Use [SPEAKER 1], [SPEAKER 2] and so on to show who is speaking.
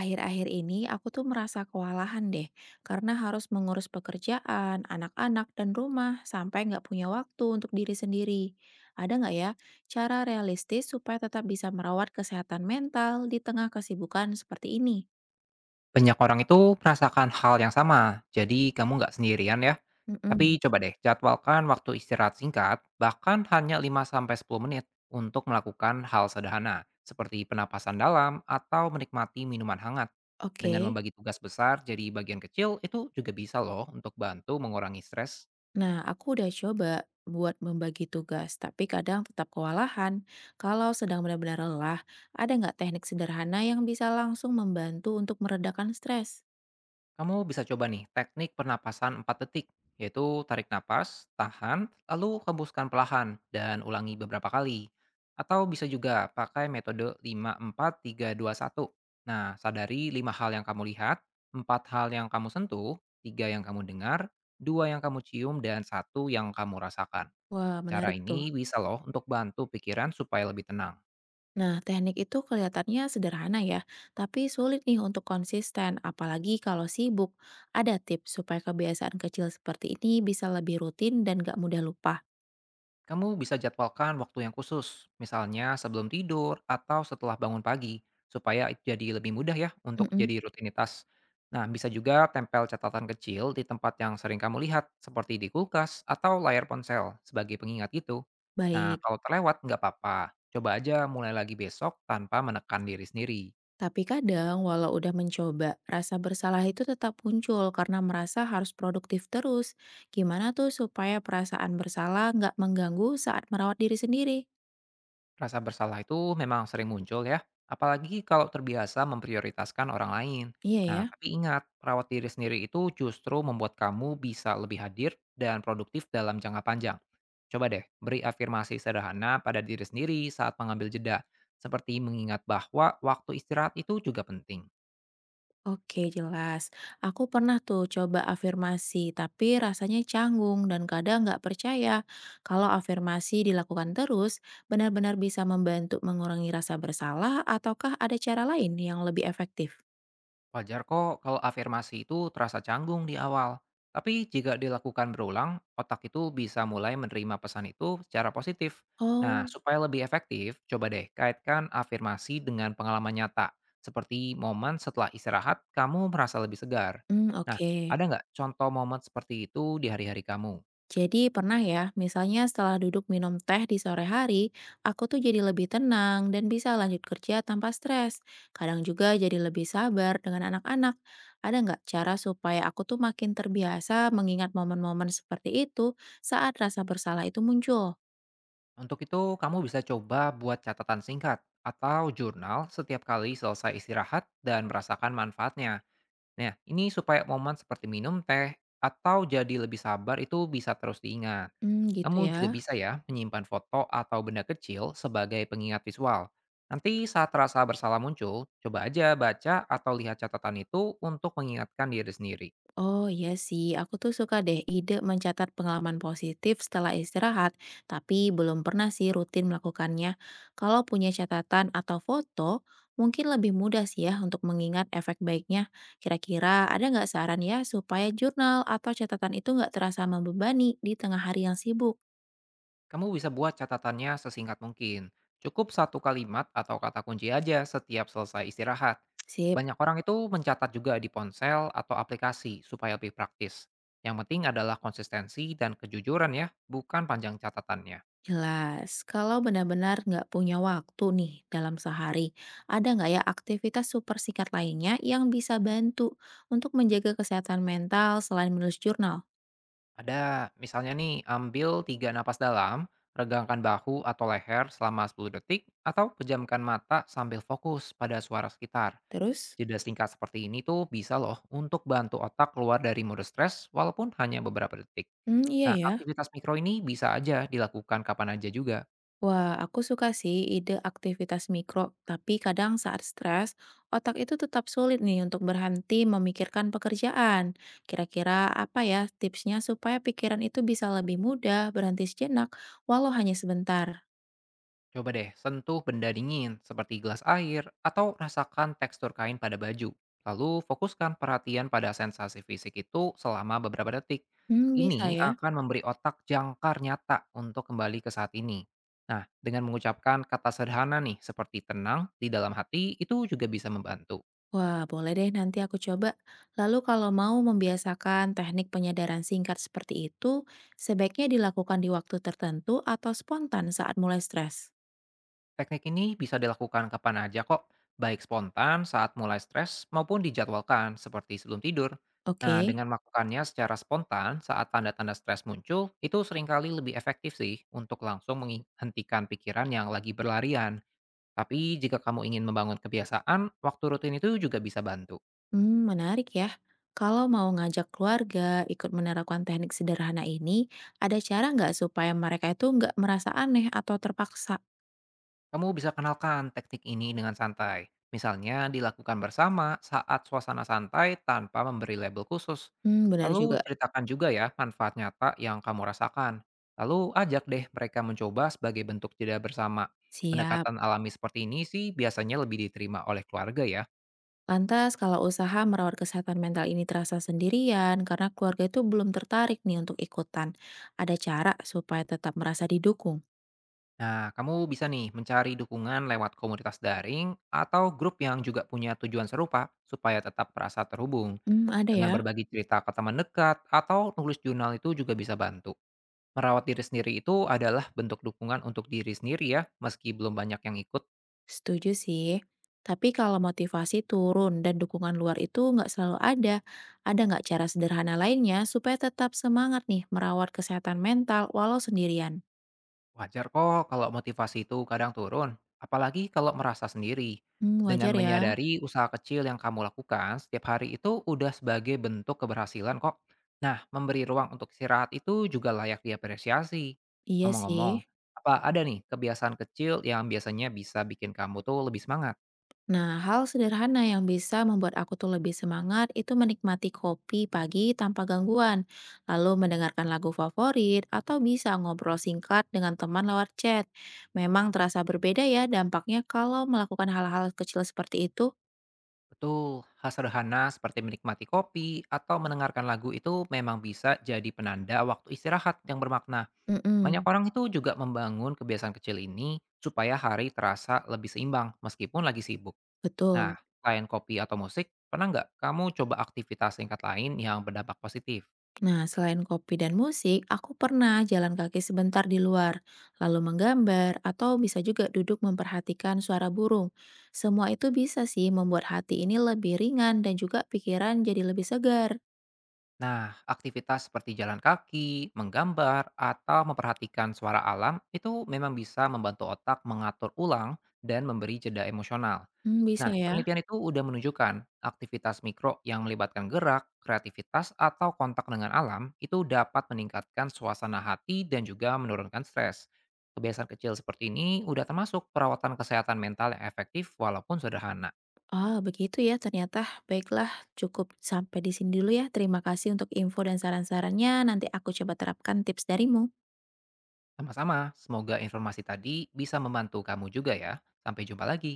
[SPEAKER 1] Akhir-akhir ini aku tuh merasa kewalahan deh, karena harus mengurus pekerjaan, anak-anak, dan rumah sampai nggak punya waktu untuk diri sendiri. Ada nggak ya cara realistis supaya tetap bisa merawat kesehatan mental di tengah kesibukan seperti ini?
[SPEAKER 2] Banyak orang itu merasakan hal yang sama, jadi kamu nggak sendirian ya.
[SPEAKER 1] Mm-mm.
[SPEAKER 2] Tapi coba deh, jadwalkan waktu istirahat singkat, bahkan hanya 5 sampai 10 menit untuk melakukan hal sederhana, seperti penapasan dalam atau menikmati minuman hangat.
[SPEAKER 1] Oke,
[SPEAKER 2] Dengan membagi tugas besar jadi bagian kecil, itu juga bisa loh untuk bantu mengurangi stres.
[SPEAKER 1] nah aku udah coba buat membagi tugas, tapi kadang tetap kewalahan. Kalau sedang benar-benar lelah, ada nggak teknik sederhana yang bisa langsung membantu untuk meredakan stres?
[SPEAKER 2] Kamu bisa coba nih teknik pernapasan 4 detik, yaitu tarik napas, tahan, lalu hembuskan perlahan, dan ulangi beberapa kali. Atau bisa juga pakai metode lima empat tiga dua satu. Nah, sadari lima hal yang kamu lihat, 4 hal yang kamu sentuh, 3 yang kamu dengar, 2 yang kamu cium, dan satu yang kamu rasakan.
[SPEAKER 1] Wah,
[SPEAKER 2] Cara
[SPEAKER 1] menarik tuh.
[SPEAKER 2] ini bisa loh untuk bantu pikiran supaya lebih tenang.
[SPEAKER 1] Nah, teknik itu kelihatannya sederhana ya, tapi sulit nih untuk konsisten, apalagi kalau sibuk. Ada tips supaya kebiasaan kecil seperti ini bisa lebih rutin dan gak mudah lupa.
[SPEAKER 2] Kamu bisa jadwalkan waktu yang khusus, misalnya sebelum tidur atau setelah bangun pagi, supaya jadi lebih mudah ya untuk
[SPEAKER 1] Mm-mm.
[SPEAKER 2] jadi rutinitas. Nah, bisa juga tempel catatan kecil di tempat yang sering kamu lihat, seperti di kulkas atau layar ponsel sebagai pengingat itu. Nah,
[SPEAKER 1] Baik,
[SPEAKER 2] kalau terlewat nggak apa-apa, coba aja mulai lagi besok tanpa menekan diri sendiri.
[SPEAKER 1] tapi kadang walau udah mencoba, rasa bersalah itu tetap muncul karena merasa harus produktif terus. Gimana tuh supaya perasaan bersalah nggak mengganggu saat merawat diri sendiri?
[SPEAKER 2] Rasa bersalah itu memang sering muncul ya, apalagi kalau terbiasa memprioritaskan orang lain.
[SPEAKER 1] Iya ya.
[SPEAKER 2] Nah, tapi ingat, perawat diri sendiri itu justru membuat kamu bisa lebih hadir dan produktif dalam jangka panjang. Coba deh, beri afirmasi sederhana pada diri sendiri saat mengambil jeda, seperti mengingat bahwa waktu istirahat itu juga penting.
[SPEAKER 1] Oke, jelas. Aku pernah tuh coba afirmasi, tapi rasanya canggung dan kadang nggak percaya kalau afirmasi dilakukan terus benar-benar bisa membantu mengurangi rasa bersalah ataukah ada cara lain yang lebih efektif?
[SPEAKER 2] Wajar kok kalau afirmasi itu terasa canggung di awal. Tapi jika dilakukan berulang, otak itu bisa mulai menerima pesan itu secara positif. Nah,
[SPEAKER 1] Oh,
[SPEAKER 2] supaya lebih efektif, coba deh kaitkan afirmasi dengan pengalaman nyata. Seperti momen setelah istirahat, kamu merasa lebih segar.
[SPEAKER 1] hmm,
[SPEAKER 2] Nah,
[SPEAKER 1] oke.
[SPEAKER 2] ada nggak contoh momen seperti itu di hari-hari kamu?
[SPEAKER 1] Jadi pernah ya, misalnya setelah duduk minum teh di sore hari, aku tuh jadi lebih tenang dan bisa lanjut kerja tanpa stres. Kadang juga jadi lebih sabar dengan anak-anak. Ada nggak cara supaya aku tuh makin terbiasa mengingat momen-momen seperti itu saat rasa bersalah itu muncul?
[SPEAKER 2] Untuk itu, kamu bisa coba buat catatan singkat atau jurnal setiap kali selesai istirahat dan merasakan manfaatnya. Nah, ini supaya momen seperti minum teh atau jadi lebih sabar itu bisa terus diingat.
[SPEAKER 1] Hmm, gitu
[SPEAKER 2] Kamu juga
[SPEAKER 1] ya.
[SPEAKER 2] bisa ya menyimpan foto atau benda kecil sebagai pengingat visual. Nanti saat rasa bersalah muncul, coba aja baca atau lihat catatan itu untuk mengingatkan diri sendiri.
[SPEAKER 1] Oh iya sih, aku tuh suka deh ide mencatat pengalaman positif setelah istirahat, tapi belum pernah sih rutin melakukannya. Kalau punya catatan atau foto, mungkin lebih mudah sih ya untuk mengingat efek baiknya. Kira-kira ada nggak saran ya supaya jurnal atau catatan itu nggak terasa membebani di tengah hari yang sibuk?
[SPEAKER 2] Kamu bisa buat catatannya sesingkat mungkin. Cukup satu kalimat atau kata kunci aja setiap selesai istirahat.
[SPEAKER 1] Sip.
[SPEAKER 2] Banyak orang itu mencatat juga di ponsel atau aplikasi supaya lebih praktis. Yang penting adalah konsistensi dan kejujuran ya, bukan panjang catatannya.
[SPEAKER 1] Jelas, kalau benar-benar nggak punya waktu nih dalam sehari, ada nggak ya aktivitas super singkat lainnya yang bisa bantu untuk menjaga kesehatan mental selain menulis jurnal?
[SPEAKER 2] Ada misalnya nih, ambil tiga napas dalam, regangkan bahu atau leher selama 10 detik, atau pejamkan mata sambil fokus pada suara sekitar.
[SPEAKER 1] Terus,
[SPEAKER 2] Jeda singkat seperti ini tuh bisa loh untuk bantu otak keluar dari mode stres walaupun hanya beberapa detik.
[SPEAKER 1] hmm, iya
[SPEAKER 2] Nah,
[SPEAKER 1] ya.
[SPEAKER 2] aktivitas mikro ini bisa aja dilakukan kapan aja juga.
[SPEAKER 1] Wah, aku suka sih ide aktivitas mikro, tapi kadang saat stres, otak itu tetap sulit nih untuk berhenti memikirkan pekerjaan. Kira-kira apa ya tipsnya supaya pikiran itu bisa lebih mudah berhenti sejenak, walau hanya sebentar?
[SPEAKER 2] Coba deh sentuh benda dingin seperti gelas air atau rasakan tekstur kain pada baju. Lalu fokuskan perhatian pada sensasi fisik itu selama beberapa detik.
[SPEAKER 1] Hmm, bisa
[SPEAKER 2] Ini
[SPEAKER 1] ya.
[SPEAKER 2] akan memberi otak jangkar nyata untuk kembali ke saat ini. Nah, dengan mengucapkan kata sederhana nih seperti tenang di dalam hati itu juga bisa membantu.
[SPEAKER 1] Wah, boleh deh nanti aku coba. Lalu kalau mau membiasakan teknik penyadaran singkat seperti itu, sebaiknya dilakukan di waktu tertentu atau spontan saat mulai stres.
[SPEAKER 2] Teknik ini bisa dilakukan kapan aja kok, baik spontan saat mulai stres maupun dijadwalkan seperti sebelum tidur. Nah,
[SPEAKER 1] Oke,
[SPEAKER 2] dengan melakukannya secara spontan saat tanda-tanda stres muncul, itu seringkali lebih efektif sih untuk langsung menghentikan pikiran yang lagi berlarian. Tapi jika kamu ingin membangun kebiasaan, waktu rutin itu juga bisa bantu.
[SPEAKER 1] hmm, menarik ya. Kalau mau ngajak keluarga ikut menerapkan teknik sederhana ini, ada cara nggak supaya mereka itu nggak merasa aneh atau terpaksa?
[SPEAKER 2] Kamu bisa kenalkan teknik ini dengan santai. Misalnya dilakukan bersama saat suasana santai tanpa memberi label khusus.
[SPEAKER 1] Hmm, benar
[SPEAKER 2] Lalu
[SPEAKER 1] juga.
[SPEAKER 2] ceritakan juga ya manfaat nyata yang kamu rasakan. Lalu ajak deh mereka mencoba sebagai bentuk jeda bersama.
[SPEAKER 1] Siap.
[SPEAKER 2] Pendekatan alami seperti ini sih biasanya lebih diterima oleh keluarga ya.
[SPEAKER 1] Lantas kalau usaha merawat kesehatan mental ini terasa sendirian karena keluarga itu belum tertarik nih untuk ikutan. Ada cara supaya tetap merasa didukung?
[SPEAKER 2] Nah, kamu bisa nih mencari dukungan lewat komunitas daring atau grup yang juga punya tujuan serupa supaya tetap merasa terhubung.
[SPEAKER 1] Hmm, ada
[SPEAKER 2] Dengan
[SPEAKER 1] ya.
[SPEAKER 2] berbagi cerita ke teman dekat atau nulis jurnal itu juga bisa bantu. Merawat diri sendiri itu adalah bentuk dukungan untuk diri sendiri ya, meski belum banyak yang ikut.
[SPEAKER 1] Setuju sih. Tapi kalau motivasi turun dan dukungan luar itu nggak selalu ada nggak cara sederhana lainnya supaya tetap semangat nih merawat kesehatan mental walau sendirian?
[SPEAKER 2] Wajar kok kalau motivasi itu kadang turun, apalagi kalau merasa sendiri.
[SPEAKER 1] Hmm,
[SPEAKER 2] Dengan
[SPEAKER 1] wajar ya.
[SPEAKER 2] menyadari usaha kecil yang kamu lakukan setiap hari itu udah sebagai bentuk keberhasilan kok. Nah, memberi ruang untuk istirahat itu juga layak diapresiasi.
[SPEAKER 1] Iya
[SPEAKER 2] Ngomong-ngomong,
[SPEAKER 1] sih.
[SPEAKER 2] apa ada nih kebiasaan kecil yang biasanya bisa bikin kamu tuh lebih semangat?
[SPEAKER 1] Nah, hal sederhana yang bisa membuat aku tuh lebih semangat itu menikmati kopi pagi tanpa gangguan, lalu mendengarkan lagu favorit, atau bisa ngobrol singkat dengan teman lewat chat. Memang terasa berbeda ya dampaknya kalau melakukan hal-hal kecil seperti itu.
[SPEAKER 2] Betul, hal sederhana seperti menikmati kopi atau mendengarkan lagu itu memang bisa jadi penanda waktu istirahat yang bermakna. Banyak
[SPEAKER 1] Mm-mm,
[SPEAKER 2] orang itu juga membangun kebiasaan kecil ini supaya hari terasa lebih seimbang meskipun lagi sibuk. Nah,
[SPEAKER 1] betul.
[SPEAKER 2] selain kopi atau musik, pernah nggak kamu coba aktivitas singkat lain yang berdampak positif?
[SPEAKER 1] Nah, selain kopi dan musik, aku pernah jalan kaki sebentar di luar, lalu menggambar, atau bisa juga duduk memperhatikan suara burung. Semua itu bisa sih membuat hati ini lebih ringan dan juga pikiran jadi lebih segar.
[SPEAKER 2] Nah, aktivitas seperti jalan kaki, menggambar, atau memperhatikan suara alam itu memang bisa membantu otak mengatur ulang dan memberi jeda emosional.
[SPEAKER 1] Hmm, bisa
[SPEAKER 2] Nah,
[SPEAKER 1] ya.
[SPEAKER 2] penelitian itu udah menunjukkan aktivitas mikro yang melibatkan gerak, kreativitas, atau kontak dengan alam itu dapat meningkatkan suasana hati dan juga menurunkan stres. Kebiasaan kecil seperti ini udah termasuk perawatan kesehatan mental yang efektif walaupun sederhana.
[SPEAKER 1] Oh, begitu ya ternyata. Baiklah, cukup sampai di sini dulu ya. Terima kasih untuk info dan saran-sarannya. Nanti aku coba terapkan tips darimu.
[SPEAKER 2] Sama-sama, semoga informasi tadi bisa membantu kamu juga ya. Sampai jumpa lagi.